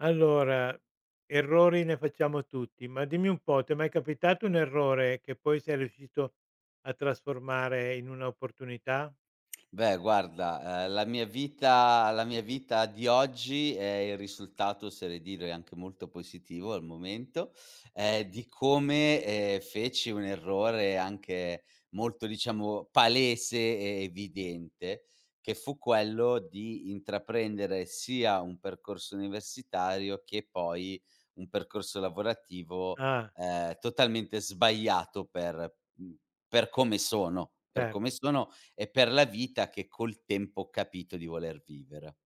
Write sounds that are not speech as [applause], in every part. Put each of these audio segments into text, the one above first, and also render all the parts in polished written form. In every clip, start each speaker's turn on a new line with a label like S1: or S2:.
S1: Allora, errori ne facciamo tutti, ma dimmi un po', ti è mai capitato un errore che poi sei riuscito a trasformare in un'opportunità?
S2: Beh guarda, la mia vita di oggi è il risultato, oserei dire anche molto positivo al momento, di come, feci un errore anche molto, diciamo, palese e evidente, che fu quello di intraprendere sia un percorso universitario che poi un percorso lavorativo,
S1: Ah,
S2: totalmente sbagliato per per come sono per come
S1: certo.
S2: sono e per la vita che col tempo ho capito di voler vivere.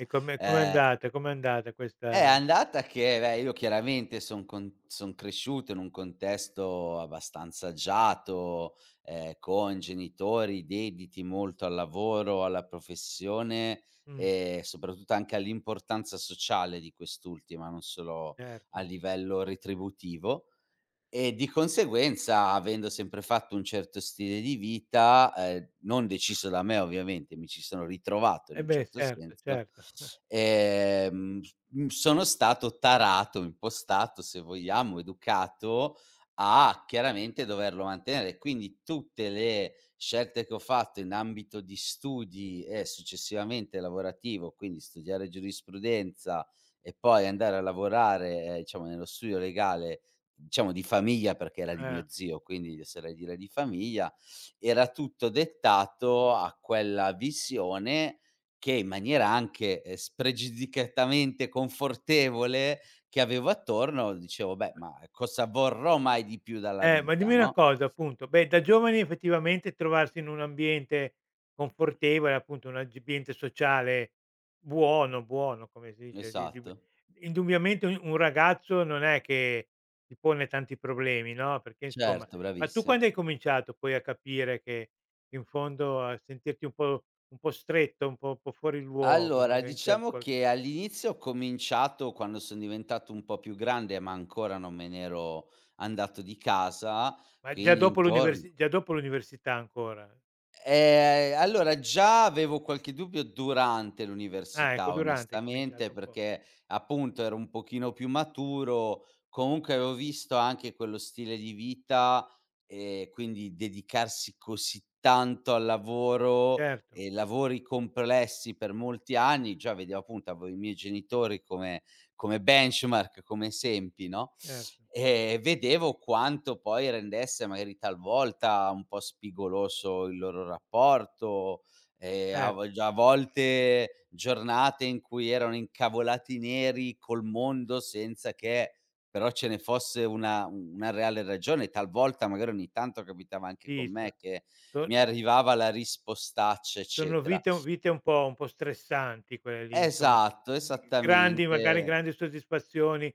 S1: E come
S2: Ehm,
S1: com'è andata
S2: è
S1: questa.
S2: andata che, beh, io chiaramente son cresciuto in un contesto abbastanza agiato, con genitori dediti molto al lavoro, alla professione
S1: Mh,
S2: e soprattutto anche all'importanza sociale di quest'ultima, non solo a
S1: certo.
S2: livello retributivo. E di conseguenza, avendo sempre fatto un certo stile di vita, non deciso da me ovviamente, mi ci sono ritrovato in
S1: Eh
S2: un
S1: beh,
S2: certo
S1: certo,
S2: senso,
S1: certo. [laughs]
S2: sono stato tarato, impostato se vogliamo, educato a chiaramente doverlo mantenere. Quindi tutte le scelte che ho fatto in ambito di studi e successivamente lavorativo, quindi studiare giurisprudenza e poi andare a lavorare, diciamo, nello studio legale, diciamo di famiglia perché era di
S1: Eh.
S2: mio zio, quindi oserei dire di famiglia, era tutto dettato a quella visione che in maniera anche, spregiudicatamente confortevole, che avevo attorno, dicevo: "Beh, ma cosa vorrò mai di più dalla
S1: Ma
S2: vita?"
S1: dimmi una
S2: No?
S1: cosa appunto, beh da giovani effettivamente trovarsi in un ambiente confortevole, appunto un ambiente sociale buono, buono come si dice, di
S2: Esatto.
S1: indubbiamente un ragazzo non è che ti pone tanti problemi, no, perché insomma.
S2: Certo,
S1: Ma tu
S2: bravissimo.
S1: quando hai cominciato poi a capire che in fondo a sentirti un po' stretto, un po' fuori luogo
S2: Allora,
S1: magari in cer
S2: diciamo
S1: qual
S2: che all'inizio ho cominciato quando son diventato un po' più grande, ma ancora non me n'ero andato di casa,
S1: ma
S2: quindi intorn
S1: già dopo l'università ancora?
S2: Allora già avevo qualche dubbio durante
S1: Ah ecco,
S2: l'università,
S1: durante hai cominciato
S2: onestamente,
S1: un po'.
S2: perché appunto ero un pochino più maturo, comunque avevo visto anche quello stile di vita, e quindi dedicarsi così tanto al lavoro
S1: Certo,
S2: e lavori complessi per molti anni, già vedevo, appunto, avevo i miei genitori come benchmark, come esempi, no,
S1: certo.
S2: e vedevo quanto poi rendesse magari talvolta un po' spigoloso il loro rapporto, a
S1: Cer
S2: vo già a volte giornate in cui erano incavolati neri col mondo senza che però ce ne fosse una reale ragione. Talvolta, magari ogni tanto, capitava anche
S1: sì,
S2: con me che
S1: so
S2: mi arrivava la rispostaccia,
S1: sono
S2: eccetera.
S1: vite un po' stressanti quelle lì, insomma,
S2: Esatto,
S1: g grandi magari
S2: esattamente.
S1: grandi soddisfazioni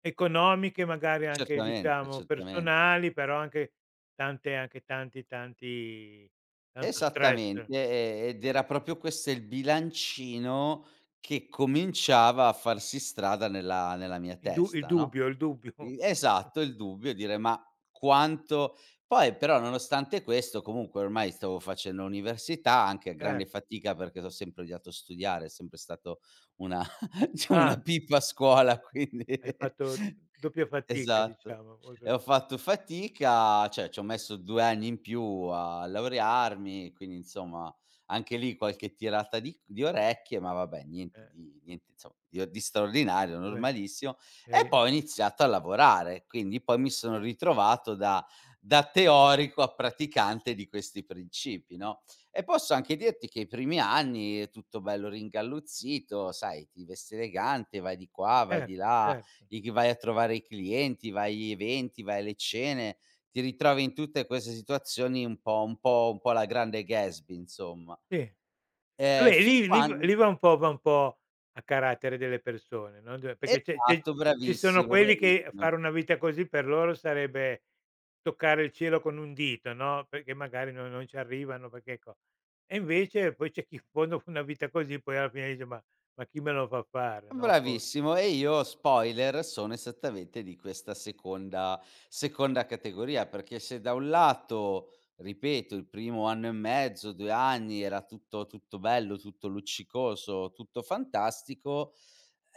S1: economiche, magari anche
S2: Certamente,
S1: diciamo
S2: certamente.
S1: personali, però anche tante anche tanti tanti tanto stress.
S2: Esattamente, ed era proprio questo il bilancino che cominciava a farsi strada nella mia
S1: I du il
S2: testa, no?
S1: dubbio il dubbio.
S2: I esatto,
S1: [laughs]
S2: il dubbio, dire: "Ma quanto". Poi però, nonostante questo, comunque ormai stavo facendo l'università, anche a
S1: Cer
S2: grande fatica perché t'ho sempre odiato studiare, è sempre stato una [laughs] diciamo, una
S1: Ah,
S2: pippa a scuola, quindi
S1: hai fatto
S2: [laughs]
S1: doppia fatica
S2: esatto.
S1: diciamo,
S2: E
S1: oltre.
S2: ho fatto fatica, cioè ci ho messo 2 anni in più a laurearmi, quindi insomma anche lì qualche tirata di orecchie, ma vabbè, niente
S1: Eh,
S2: di niente, insomma, di straordinario,
S1: vabbè,
S2: normalissimo. E
S1: eri
S2: poi ho iniziato a lavorare, quindi poi mi sono ritrovato da teorico a praticante di questi principi, no, e posso anche dirti che i primi anni è tutto bello ringalluzzito, sai, ti vesti elegante, vai di qua, vai di
S1: certo,
S2: là,
S1: certo.
S2: i chi vai a trovare i clienti, vai agli eventi, vai alle cene, ti ritrovi in tutte queste situazioni un po' alla Grande Gatsby, insomma.
S1: Sì. Vabbè,
S2: Fin
S1: lì lì
S2: quan
S1: v lì va un po' a carattere delle persone, no, d perché c'è c'è
S2: esatto,
S1: ci sono
S2: bravissimo,
S1: quelli che
S2: bravissimo.
S1: fare una vita così per loro sarebbe toccare il cielo con un dito, no, perché magari non ci arrivano perché co e invece poi c'è chi in fondo una vita così poi alla fine dice: "Ma chi me lo fa fare?" No, for
S2: Bravissimo e io, spoiler, sono esattamente di questa seconda categoria, perché se da un lato, ripeto, il primo anno e mezzo, 2 anni era tutto bello, tutto luccicoso, tutto fantastico,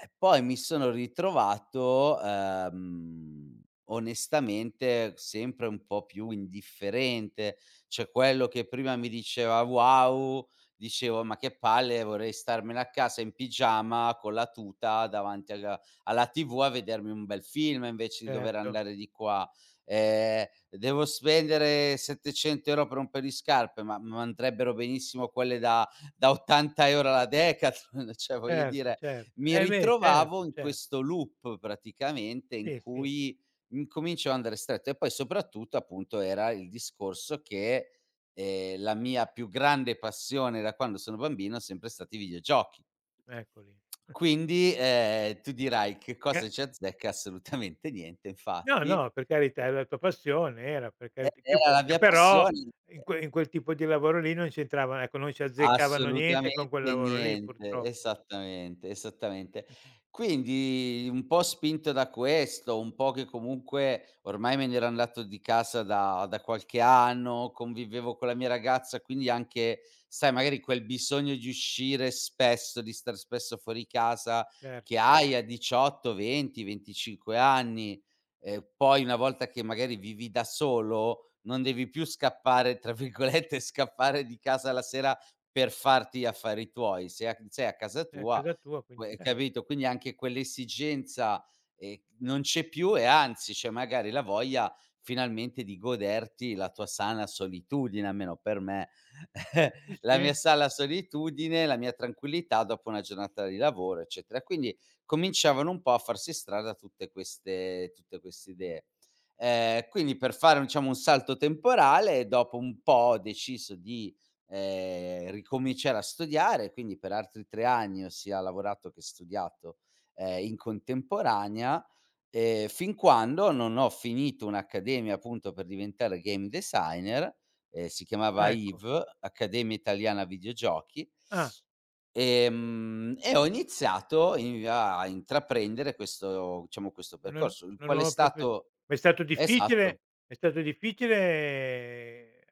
S2: e poi mi sono ritrovato, onestamente, sempre un po' più indifferente, cioè quello che prima mi diceva: "Wow!", dicevo: "Ma che palle, vorrei starmene a casa in pigiama con la tuta davanti alla TV a vedermi un bel film invece di dover
S1: certo,
S2: andare di qua. Devo spendere 700 € per un paio di scarpe, ma andrebbero benissimo quelle da 80 € alla Decathlon." [laughs] Cioè, voglio
S1: certo,
S2: dire,
S1: certo.
S2: mi
S1: Eh beh, certo,
S2: ritrovavo in
S1: cer
S2: questo loop praticamente, in
S1: sì, sì,
S2: cui incominciavo a andare stretto e poi soprattutto, appunto, era il discorso che, la mia più grande passione, da quando sono bambino, è sempre stati i videogiochi.
S1: ecco lì. [laughs]
S2: Quindi, tu dirai: "Che
S1: Gra
S2: cosa ci azzecca?" Assolutamente niente,
S1: No, no,
S2: infatti,
S1: per carità, è la tua passione, era per
S2: e
S1: carità, che
S2: era la
S1: che
S2: mia
S1: però
S2: passione.
S1: in quel tipo di lavoro lì non c'entravano ecco, non ci azzeccavano niente con quel
S2: Assolutamente
S1: lavoro lì
S2: niente,
S1: purtroppo.
S2: esattamente, esattamente. Quindi un po' spinto da questo, un po' che comunque ormai me ne ero andato di casa da qualche anno, convivevo con la mia ragazza, quindi anche, sai, magari quel bisogno di uscire spesso, di star spesso fuori casa,
S1: Certo,
S2: che hai a 18, 20, 25 anni, poi una volta che magari vivi da solo non devi più "scappare", tra virgolette, [laughs] scappare di casa la sera per farti gli affari tuoi. Se a sei a casa
S1: è a
S2: tua,
S1: casa tua quindi
S2: que
S1: cer
S2: capito? Quindi anche quell'esigenza, non c'è più e anzi c'è magari la voglia, finalmente, di goderti la tua sana solitudine, almeno per me,
S1: sì,
S2: [laughs]
S1: sì,
S2: la mia sana solitudine, la mia tranquillità dopo una giornata di lavoro, eccetera. Quindi cominciavano un po' a farsi strada tutte queste idee. Quindi, per fare, diciamo, un salto temporale, dopo un po' ho deciso di ricominciare a studiare, quindi per altri 3 anni ho sia lavorato che studiato, in contemporanea, fin quando non ho finito un'accademia, appunto, per diventare game designer, si chiamava
S1: ecco.
S2: AIV, Accademia Italiana Videogiochi,
S1: Ah,
S2: e ho iniziato in a intraprendere questo, diciamo, questo
S1: una
S2: percorso, il
S1: una
S2: quale è
S1: nuova profes
S2: stato
S1: ma è stato
S2: esatto.
S1: difficile è stato difficile eh,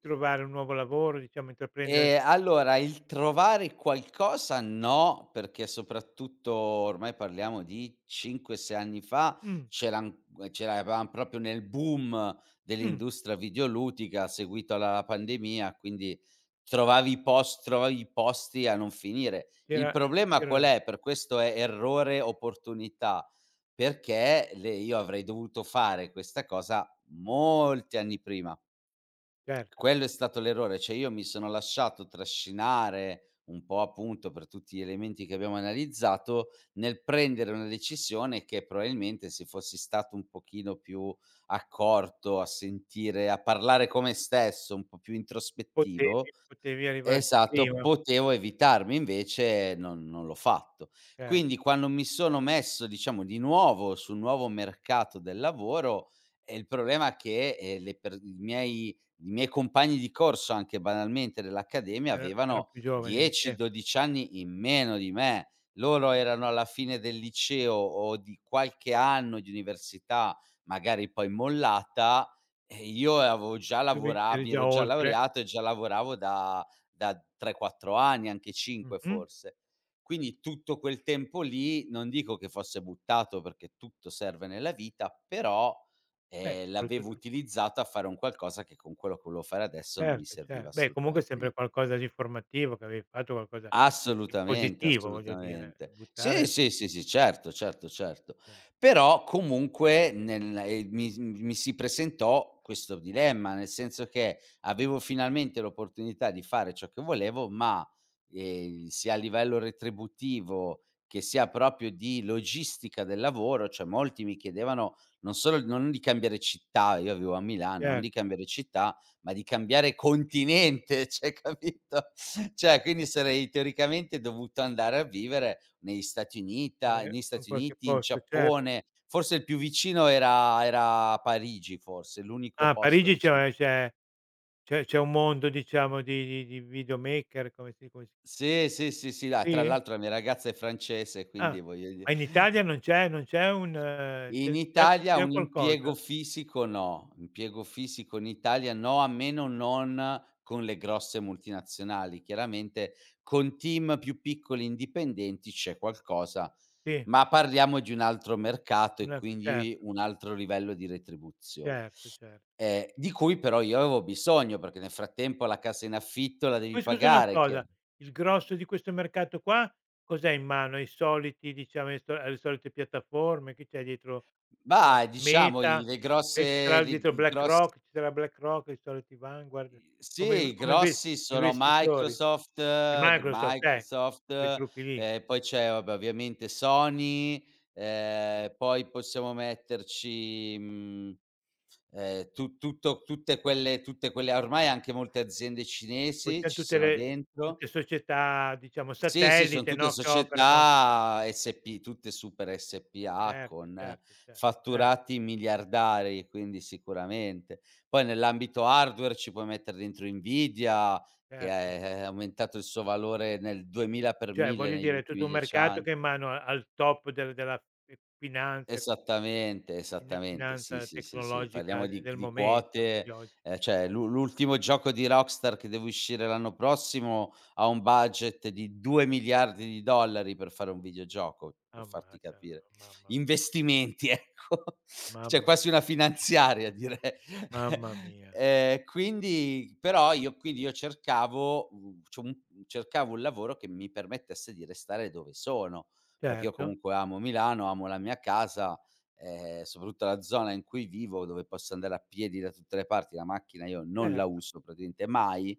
S1: trovare un nuovo lavoro, diciamo intraprendere.
S2: Allora il trovare qualcosa, no, perché soprattutto ormai parliamo di 5, 6 anni fa,
S1: mh,
S2: c'eran ce l'avevam proprio nel boom
S1: mh,
S2: dell'industria videoludica seguito alla pandemia, quindi trovavi i post trovavi i posti a non finire. Il
S1: c'era
S2: problema
S1: c'era
S2: qual
S1: la-
S2: è? Per questo è errore opportunità, perché le io avrei dovuto fare questa cosa molti anni prima.
S1: certo,
S2: Quello è stato l'errore, cioè io mi sono lasciato trascinare un po', appunto, per tutti gli elementi che abbiamo analizzato, nel prendere una decisione che probabilmente, se fossi stato un pochino più accorto a sentire, a parlare con me stesso, un po' più introspettivo...
S1: potevi arrivarci
S2: Esatto,
S1: prima.
S2: potevo evitarmi, invece non l'ho fatto.
S1: Cer
S2: Quindi quando mi sono messo, diciamo, di nuovo sul nuovo mercato del lavoro, il problema è che, le per i miei compagni di corso, anche banalmente dell'accademia,
S1: Era Eran
S2: avevano
S1: più giovani di
S2: 10,
S1: te.
S2: 12 anni in meno di me. Loro erano alla fine del liceo o di qualche anno di università, magari poi mollata, e io avevo già
S1: Tu eri
S2: lavora
S1: eri
S2: mi
S1: già
S2: ero già
S1: oltre.
S2: laureato e già lavoravo da 3, 4 anni, anche 5
S1: Mh-mh.
S2: forse. Quindi tutto quel tempo lì, non dico che fosse buttato perché tutto serve nella vita, però,
S1: Beh,
S2: l'avevo
S1: soprattutto
S2: utilizzato a fare un qualcosa che con quello che volevo fare adesso non mi
S1: certo, cer
S2: serviva
S1: beh, comunque sempre
S2: assolutamente.
S1: qualcosa di formativo che avevi fatto, qualcosa di
S2: Assolutamente,
S1: positivo, voglio dire,
S2: assolutamente. Sì,
S1: buttare
S2: sì, sì, sì, certo, certo, certo.
S1: insomma.
S2: Però comunque nel mi si presentò questo dilemma, nel senso che avevo finalmente l'opportunità di fare ciò che volevo, ma, sia a livello retributivo che sia proprio di logistica del lavoro, cioè molti mi chiedevano non solo, non di cambiare città, io vivo a Milano, non di
S1: Certo,
S2: cambiare città, ma di cambiare continente, [laughs] cioè, capito? Cioè, quindi sarei teoricamente dovuto andare a vivere
S1: magari
S2: negli
S1: in
S2: Stati
S1: qualche
S2: Uniti, in
S1: posto, cer
S2: Giappone, forse il più vicino era Parigi, forse, l'unico
S1: ah, a
S2: posto
S1: Parigi
S2: vicino.
S1: c'è un mondo, diciamo, di videomaker, come si come si
S2: Sì, sì, sì, sì, la tra
S1: sì?
S2: l'altro la mia ragazza è francese,
S1: Ah,
S2: quindi voglio dire.
S1: ma in Italia non c'è non c'è un
S2: In
S1: c'è c'è
S2: Italia
S1: c'è
S2: un impiego
S1: qualcosa?
S2: fisico no, impiego fisico in Italia no, a meno non con le grosse multinazionali. Chiaramente con team più piccoli indipendenti c'è qualcosa,
S1: Sì,
S2: ma parliamo di un altro mercato
S1: un
S2: e
S1: altro
S2: quindi
S1: certo,
S2: un altro livello di retribuzione,
S1: certo, cer
S2: di cui però io avevo bisogno, perché nel frattempo la casa in affitto la devi
S1: Poi scusa una
S2: pagare, chiaro.
S1: cosa, il grosso di questo mercato qua cos'è in mano? Ai soliti diciamo, ai so alle solite piattaforme? Chi c'è dietro? No,
S2: Mah, diciamo, i
S1: Meta?
S2: le
S1: E ci
S2: grosse
S1: sarà
S2: li
S1: dietro
S2: i gros
S1: BlackRock? Ci sarà BlackRock, i soliti Vanguard?
S2: I sì,
S1: Come inv
S2: i
S1: come inves
S2: grossi sono
S1: investitori?
S2: Microsoft,
S1: E
S2: g
S1: Microsoft,
S2: Microsoft,
S1: quei gruppi lì.
S2: poi c'è, vabbè, ovviamente Sony, poi possiamo metterci, tu tutto tutte quelle tutte quelle, ormai anche molte aziende
S1: Poi
S2: cinesi,
S1: c'han
S2: ci sono dentro.
S1: tutte società diciamo
S2: Sì, sì, son
S1: satellite,
S2: tutte
S1: no, che operano
S2: società SP tutte super SpA
S1: certo,
S2: con
S1: certo, certo,
S2: fatturati miliardari, quindi sicuramente. Poi nell'ambito hardware ci puoi mettere dentro Nvidia che
S1: certo.
S2: è aumentato il suo valore nel 2000 per
S1: Cioè,
S2: 1000
S1: voglio
S2: negli
S1: dire, è tutto
S2: ultimi
S1: un
S2: 10
S1: mercato
S2: an
S1: che è in mano a al top della fi finanza
S2: Esattamente,
S1: fin
S2: esattamente.
S1: finanza
S2: Sì, sì, sì, sì.
S1: tecnologica
S2: Parliamo
S1: de
S2: di
S1: del
S2: di
S1: momento, di
S2: quote,
S1: oggi.
S2: cioè l'ultimo gioco di Rockstar che deve uscire l'anno prossimo ha un budget di 2.000.000.000 di dollari per fare un videogioco, per farti
S1: Ammazza,
S2: capire.
S1: mamma mia,
S2: Investimenti, [laughs] ecco. Cioè
S1: mamma
S2: quasi
S1: mia,
S2: una finanziaria, direi.
S1: mamma
S2: [laughs]
S1: mia.
S2: Quindi io cercavo, c'ho un cercavo un lavoro che mi permettesse di restare dove sono, perché io
S1: Certo,
S2: comunque amo Milano, amo la mia casa, soprattutto la zona in cui vivo, dove posso andare a piedi da tutte le parti, la macchina io non la
S1: certo.
S2: uso praticamente mai,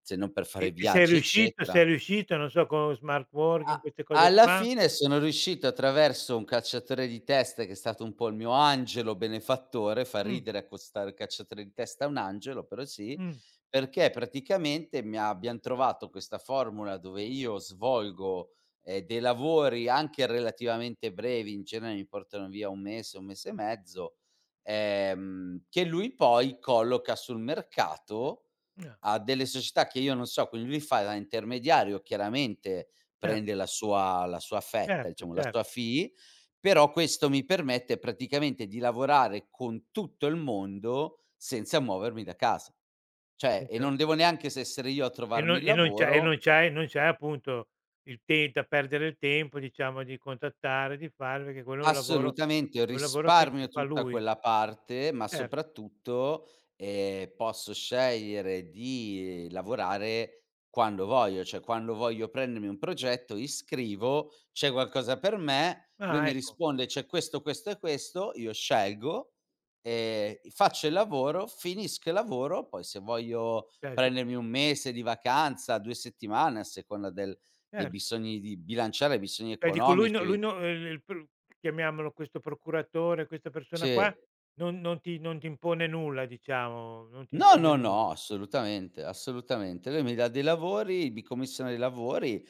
S2: se non per
S1: E
S2: fare
S1: e sei
S2: viaggi,
S1: riuscito
S2: eccetera.
S1: sei riuscito, non so, con smart working,
S2: A
S1: queste cose
S2: alla
S1: qua?
S2: fine sono riuscito attraverso un cacciatore di teste, che è stato un po' il mio angelo benefattore, fa
S1: Mh,
S2: ridere accostare il cacciatore di testa a un angelo, però sì,
S1: mh,
S2: perché praticamente mi abbiam trovato questa formula dove io svolgo, dei lavori anche relativamente brevi, in genere mi portano via 1 mese, 1 mese e mezzo, che lui poi colloca sul mercato,
S1: no,
S2: a delle società che io non so, quindi lui fa da intermediario, chiaramente
S1: cer
S2: prende la sua fetta,
S1: certo,
S2: diciamo la sua fee, però questo mi permette praticamente di lavorare con tutto il mondo senza muovermi da casa. Cioè, e
S1: certo.
S2: non devo neanche s essere io a trovarmi il
S1: E
S2: lavoro.
S1: non c'hai non c'hai appunto il te da perdere il tempo diciamo di contattare, di fare, perché quello è un lavoro
S2: Assolutamente,
S1: è un lavoro che ti
S2: risparmio
S1: fa
S2: tutta
S1: lui.
S2: quella parte, ma
S1: Cer
S2: soprattutto, posso scegliere di lavorare quando voglio, cioè quando voglio prendermi un progetto, gli scrivo: "C'è qualcosa per me?" Lui
S1: Ah
S2: mi
S1: ecco,
S2: risponde: "C'è questo, questo e questo." Io scelgo, faccio il lavoro, finisco il lavoro, poi se voglio
S1: certo,
S2: prendermi 1 mese di vacanza, 2 settimane a seconda del dei
S1: certo.
S2: bisogni di bilanciare i bisogni
S1: Cioè dico lui
S2: economici,
S1: no il il pr chiamiamolo questo procuratore, questa persona
S2: sì.
S1: qua, non ti impone nulla diciamo, non ti
S2: No,
S1: impone
S2: no,
S1: nulla.
S2: no, assolutamente, assolutamente. Lui mi dà dei lavori, mi commissiona dei lavori,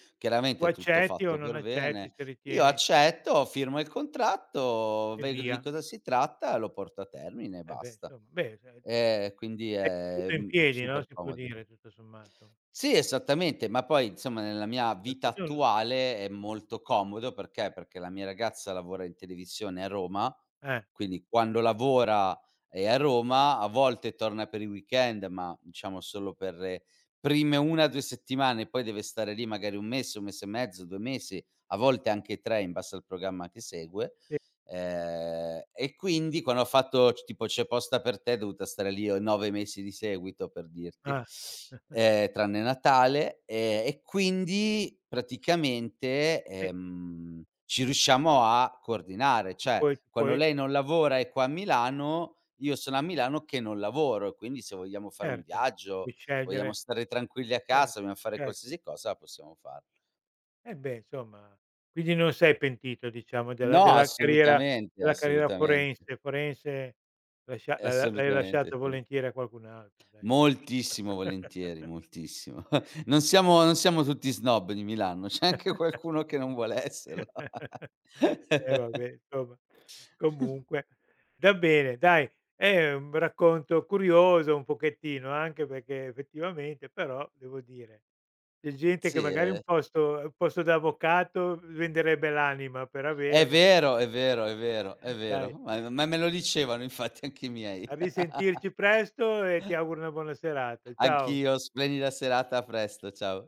S1: Tu
S2: chiaramente è tutto
S1: accetti o
S2: fatto
S1: non
S2: per
S1: accetti,
S2: bene.
S1: se
S2: Io
S1: ritieni
S2: accetto, firmo il contratto,
S1: e
S2: vedo di
S1: via.
S2: cosa si tratta, lo porto a termine e
S1: Eh beh
S2: basta.
S1: insomma, beh sei
S2: Quindi è,
S1: seduto in piedi, no,
S2: super
S1: si può
S2: comodo.
S1: dire tutto sommato.
S2: Sì, esattamente, ma poi insomma nella mia vita attuale è molto comodo, perché la mia ragazza lavora in televisione a Roma,
S1: Eh.
S2: quindi quando lavora è a Roma, a volte torna per i weekend, ma diciamo solo per le prime 1, 2 settimane, poi deve stare lì magari 1 mese, 1 mese e mezzo, 2 mesi, a volte anche 3, in base al programma che segue.
S1: Sì,
S2: E quindi quando ho fatto, c tipo, C'è posta per te, è dovuta stare lì o 9 mesi di seguito, per dirti,
S1: ah,
S2: tranne Natale, e quindi praticamente,
S1: sì,
S2: ci riusciamo a coordinare,
S1: ti
S2: cioè
S1: puoi ti puoi
S2: quando lei non lavora e è qua a Milano, io sono a Milano che non lavoro e quindi se vogliamo fare un
S1: certo, puoi
S2: viaggio, vogliamo
S1: scegliere,
S2: stare tranquilli a
S1: cer
S2: casa, vogliamo fare
S1: cer
S2: qualsiasi cosa, la possiamo farlo.
S1: eh beh, insomma, quindi non sei pentito diciamo della
S2: No,
S1: della carriera
S2: assolutamente,
S1: della carriera
S2: assolutamente.
S1: forense. Forense lascia l'hai
S2: Assolutamente
S1: lasciata
S2: sì.
S1: volentieri a qualcun altro dai.
S2: Moltissimo volentieri,
S1: [laughs]
S2: moltissimo. [laughs] Non siamo tutti snob di Milano, c'è anche qualcuno che non vuole esserlo.
S1: Eh
S2: [laughs]
S1: vabbè, insomma, comunque va bene dai, è un racconto curioso un pochettino anche perché effettivamente però devo dire c'è gente che
S2: Sì,
S1: magari un
S2: è
S1: posto un posto da avvocato venderebbe l'anima per
S2: è
S1: averlo.
S2: vero, è vero, è vero, è
S1: Dai,
S2: vero, ma me lo dicevano infatti anche i
S1: a
S2: miei. [laughs]
S1: risentirci presto e ti auguro una buona serata. Ciao.
S2: Anch'io, splendida serata, a presto, ciao.